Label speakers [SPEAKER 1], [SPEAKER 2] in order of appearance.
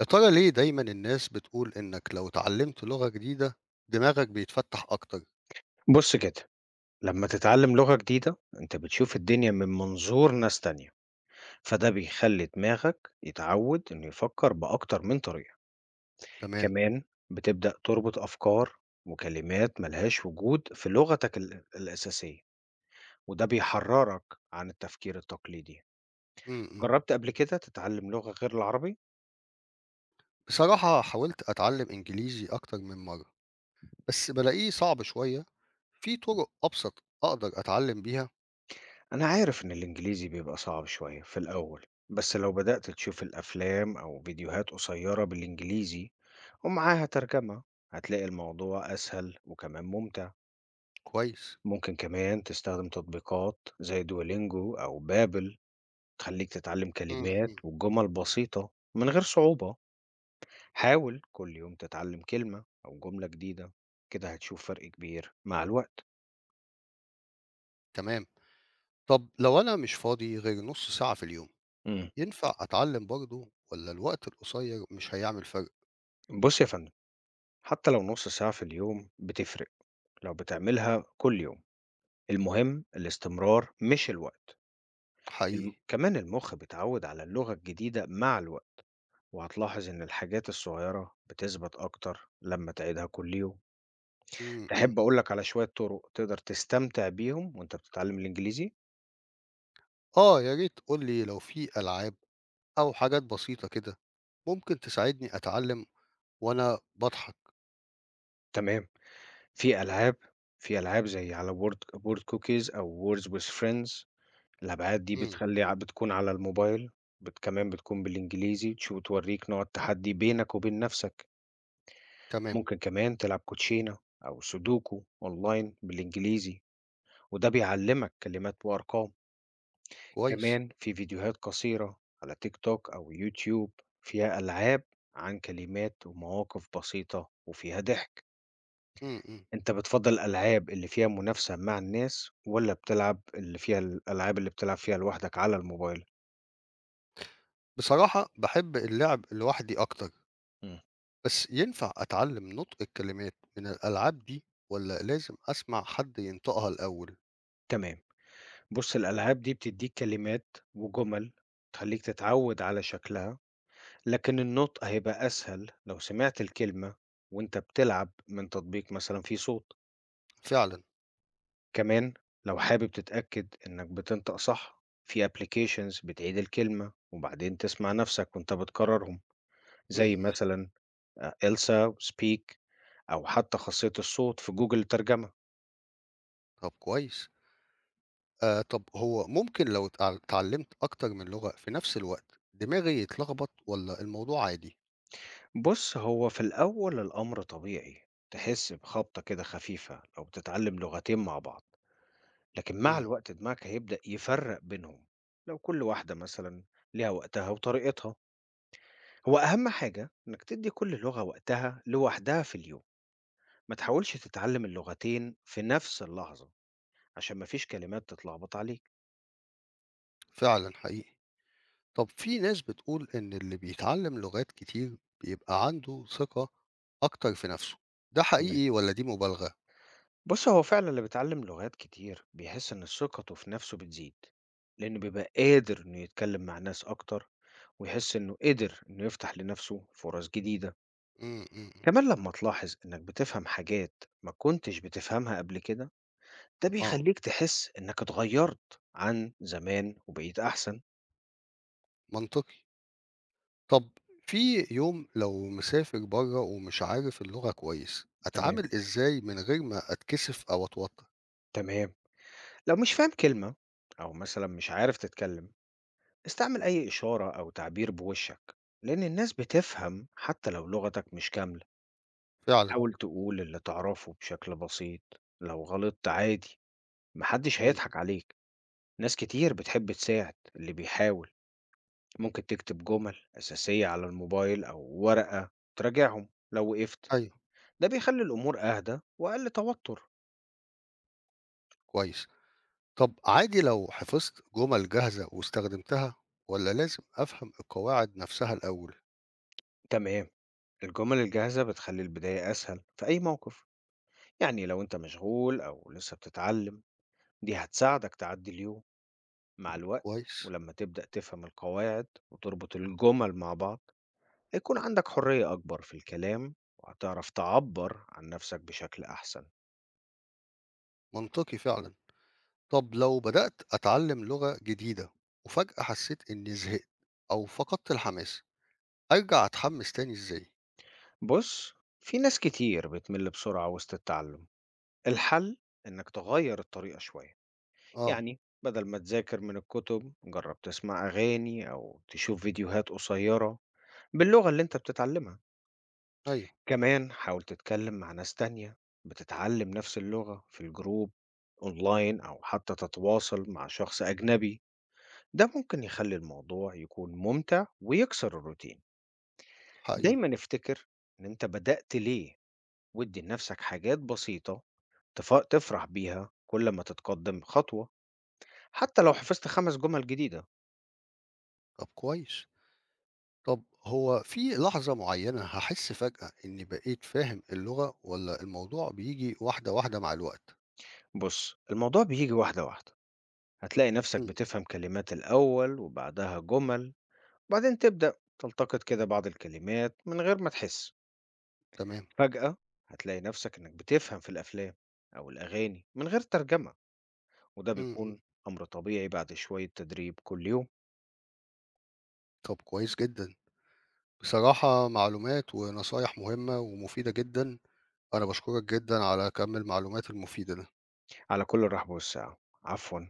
[SPEAKER 1] يا ترى ليه دايما الناس بتقول إنك لو اتعلمت لغة جديدة دماغك بيتفتح أكتر؟
[SPEAKER 2] بُص كده، لمّا تتعلم لغة جديدة، أنت بتشوف الدنيا من منظور ناس تانية، فده بيخلّي دماغك يتعود إنه يفكر بأكتر من طريقة،
[SPEAKER 1] تمام.
[SPEAKER 2] كمان بتبدأ تربط أفكار وكلمات ما لهاش وجود في لغتك الأساسية، وده بيحرّرك عن التفكير التقليدي.
[SPEAKER 1] امم امم.
[SPEAKER 2] جرّبت قبل كده تتعلم لغة غير العربي؟
[SPEAKER 1] بصراحة حاولت أتعلم إنجليزي أكتر من مرة، بس بلاقيه صعب شوية. في طرق أبسط أقدر أتعلم بيها؟
[SPEAKER 2] أنا عارف إن الإنجليزي بيبقى صعب شوية في الأول، بس لو بدأت تشوف الأفلام أو فيديوهات قصيّرة بالإنجليزي ومعاها ترجمة، هتلاقي الموضوع أسهل وكمان ممتع.
[SPEAKER 1] كويس.
[SPEAKER 2] ممكن كمان تستخدم تطبيقات زي دولينجو أو بابل تخليك تتعلم
[SPEAKER 1] امم
[SPEAKER 2] كلمات
[SPEAKER 1] امم.
[SPEAKER 2] وجمل بسيطة من غير صعوبة. حاول كل يوم تتعلم كلمة أو جملة جديدة، كده هتشوف فرق كبير مع الوقت.
[SPEAKER 1] تمام. طب لو أنا مش فاضي غير نص ساعة في اليوم،
[SPEAKER 2] مم.
[SPEAKER 1] ينفع أتعلم برضه ولا الوقت القصير مش هيعمل فرق؟
[SPEAKER 2] بص يا فندم، حتى لو نص ساعة في اليوم بتفرق لو بتعملها كل يوم، المهم الاستمرار مش الوقت.
[SPEAKER 1] حقيقي؟
[SPEAKER 2] كمان المخ بيتعود على اللغة الجديدة مع الوقت، وهتلاحظ إن الحاجات الصغيرة بتثبت أكتر لما تعيدها كل يوم.
[SPEAKER 1] امم امم.
[SPEAKER 2] تحب أقولك على شوية طرق تقدر تستمتع بيهم وأنت بتتعلم الإنجليزي؟
[SPEAKER 1] آه يا ريت قولي، لو في ألعاب أو حاجات بسيطة كده ممكن تساعدني أتعلم وأنا باضحك،
[SPEAKER 2] تمام. في ألعاب في ألعاب زي على بورد بورد كوكيز أو ووردز ويز فريندز، الأبعاد دي
[SPEAKER 1] إمم،
[SPEAKER 2] بتخلي بتكون على الموبايل، بت كمان بتكون بالإنجليزي تشو توريك نوع التحدي بينك وبين نفسك.
[SPEAKER 1] تمام،
[SPEAKER 2] ممكن كمان تلعب كوتشينة أو سودوكو أونلاين بالإنجليزي، وده بيعلمك كلمات وأرقام.
[SPEAKER 1] كويس،
[SPEAKER 2] كمان في فيديوهات قصيرة على تيك توك أو يوتيوب فيها ألعاب عن كلمات ومواقف بسيطة وفيها ضحك.
[SPEAKER 1] إمم، إمم.
[SPEAKER 2] أنت بتفضل الألعاب اللي فيها منافسة مع الناس ولا بتلعب اللي فيها الألعاب اللي بتلعب فيها لوحدك على الموبايل؟
[SPEAKER 1] بصراحة باحب اللعب لوحدي أكتر،
[SPEAKER 2] مم.
[SPEAKER 1] بس ينفع أتعلّم نُطق الكلمات من الألعاب دي والّا لازم أسمع حد ينطقها الأول؟
[SPEAKER 2] تمام. بص الألعاب دي بتديك كلمات وجمل تخليك تتعود على شكلها، لكن النطق هيبقى أسهل لو سمعت الكلمة وأنت بتلعب من تطبيق مثلا فيه صوت.
[SPEAKER 1] فعلًا،
[SPEAKER 2] كمان لو حابب تتأكد إنك بتنطق صح، في applications بتعيد الكلمة وبعدين تسمع نفسك وإنت بتكررهم،
[SPEAKER 1] إمم،
[SPEAKER 2] زي
[SPEAKER 1] إمم،
[SPEAKER 2] مثلا آه، إلسا وسبيك، أو حتى خاصية الصوت في جوجل الترجمة.
[SPEAKER 1] طب كويس. طب هو ممكن لو اتعلّمت أكتر من لغة في نفس الوقت دماغي يتلخبط والّا الموضوع عادي؟
[SPEAKER 2] بص هو في الأول الأمر طبيعي تحس بخبطة كده خفيفة لو بتتعلم لغتين مع بعض، لكن مع
[SPEAKER 1] إمم،
[SPEAKER 2] الوقت دماغك هيبدأ يفرق بينهم لو كل واحدة مثلا ليها وقتها وطريقتها. هو أهم حاجة إنك تدي كل لغة وقتها لوحدها في اليوم، ما تحاولش تتعلم اللغتين في نفس اللحظة عشان ما فيش كلمات تتلخبط عليك.
[SPEAKER 1] فعلًا حقيقي. طب في ناس بتقول إن اللي بيتعلم لغات كتير بيبقى عنده ثقة أكتر في نفسه، ده
[SPEAKER 2] تمام.
[SPEAKER 1] حقيقي ولا دي مبالغة؟
[SPEAKER 2] بص هو فعلا اللي بيتعلم لغات كتير بيحس إن ثقته في نفسه بتزيد، لأنه بيبقى قادر إنه يتكلم مع ناس أكتر، ويحس إنه قدر إنه يفتح لنفسه فرص جديدة.
[SPEAKER 1] إمم، إمم، إمم،
[SPEAKER 2] كمان لما تلاحظ إنك بتفهم حاجات ما كنتش بتفهمها قبل كده، ده
[SPEAKER 1] آه،
[SPEAKER 2] بيخليك تحس إنك اتغيرت عن زمان وبقيت أحسن.
[SPEAKER 1] منطقي. طب في يوم لو مسافر برّه ومش عارف اللغة كويس،
[SPEAKER 2] تمام.
[SPEAKER 1] أتعامل إزاي من غير ما أتكسف أو أتوتر؟
[SPEAKER 2] تمام. لو مش فاهم كلمة أو مثلا مش عارف تتكلم، استعمل أي إشارة أو تعبير بوشك، لأن الناس بتفهم حتى لو لغتك مش كاملة.
[SPEAKER 1] فعلًا،
[SPEAKER 2] حاول تقول اللي تعرفه بشكل بسيط، لو غلطت عادي، محدش
[SPEAKER 1] إمم،
[SPEAKER 2] هيضحك عليك. ناس كتير بتحب تساعد اللي بيحاول. ممكن تكتب جمل أساسية على الموبايل أو ورقة تراجعهم لو وقفت،
[SPEAKER 1] أيوه،
[SPEAKER 2] ده بيخلي الأمور أهدى وأقل توتر.
[SPEAKER 1] كويس. طب عادي لو حفظت جُمل جاهزة واستخدمتها، والّا لازم أفهم القواعد نفسها الأول؟
[SPEAKER 2] تمام. الجمل الجاهزة بتخلي البداية أسهل في أي موقف، يعني لو أنت مشغول أو لسه بتتعلم، دي هتساعدك تعدي اليوم. مع الوقت
[SPEAKER 1] كويس،
[SPEAKER 2] ولما تبدأ تفهم القواعد وتربط الجمل مع بعض، هيكون عندك حرية أكبر في الكلام وهتعرف تعبر عن نفسك بشكل أحسن.
[SPEAKER 1] منطقي فعلًا. طب لو بدأت أتعلم لغة جديدة وفجأة حسيت إني زهقت أو فقدت الحماس، أرجع أتحمس تاني إزاي؟
[SPEAKER 2] بص في ناس كتير بتمل بسرعة وسط التعلم، الحل إنك تغير الطريقة شوية.
[SPEAKER 1] آه.
[SPEAKER 2] يعني بدل ما تذاكر من الكتب، جرب تسمع أغاني أو تشوف فيديوهات قصيرة باللغة اللي أنت بتتعلمها.
[SPEAKER 1] أيوه.
[SPEAKER 2] كمان حاول تتكلم مع ناس تانية بتتعلم نفس اللغة في الجروب أونلاين، أو حتى تتواصل مع شخص أجنبي، ده ممكن يخلي الموضوع يكون ممتع ويكسر الروتين.
[SPEAKER 1] حقيقي.
[SPEAKER 2] دايما افتكر إن أنت بدأت ليه، وادي لنفسك حاجات بسيطة تفرح بيها كل ما تتقدم خطوة، حتى لو حفظت خمس جمل جديدة.
[SPEAKER 1] طب كويس. طب هو في لحظة معينة هحس فجأة إني بقيت فاهم اللغة ولا الموضوع بيجي واحدة واحدة مع الوقت؟
[SPEAKER 2] بص الموضوع بيجي واحدة واحدة، هتلاقي نفسك
[SPEAKER 1] مم.
[SPEAKER 2] بتفهم كلمات الأول وبعدها جمل. بعدين تبدأ تلتقط كده بعض الكلمات من غير ما تحس.
[SPEAKER 1] تمام.
[SPEAKER 2] فجأة هتلاقي نفسك إنك بتفهم في الأفلام أو الأغاني من غير ترجمة، وده
[SPEAKER 1] مم. مم.
[SPEAKER 2] بيكون أمر طبيعي بعد شوية تدريب كل يوم.
[SPEAKER 1] طب كويس جدا. بصراحة معلومات ونصايح مهمة ومفيدة جدا، أنا بشكرك جدا على كم المعلومات المفيدة ده.
[SPEAKER 2] على كل الرحب والسعة، عفوا.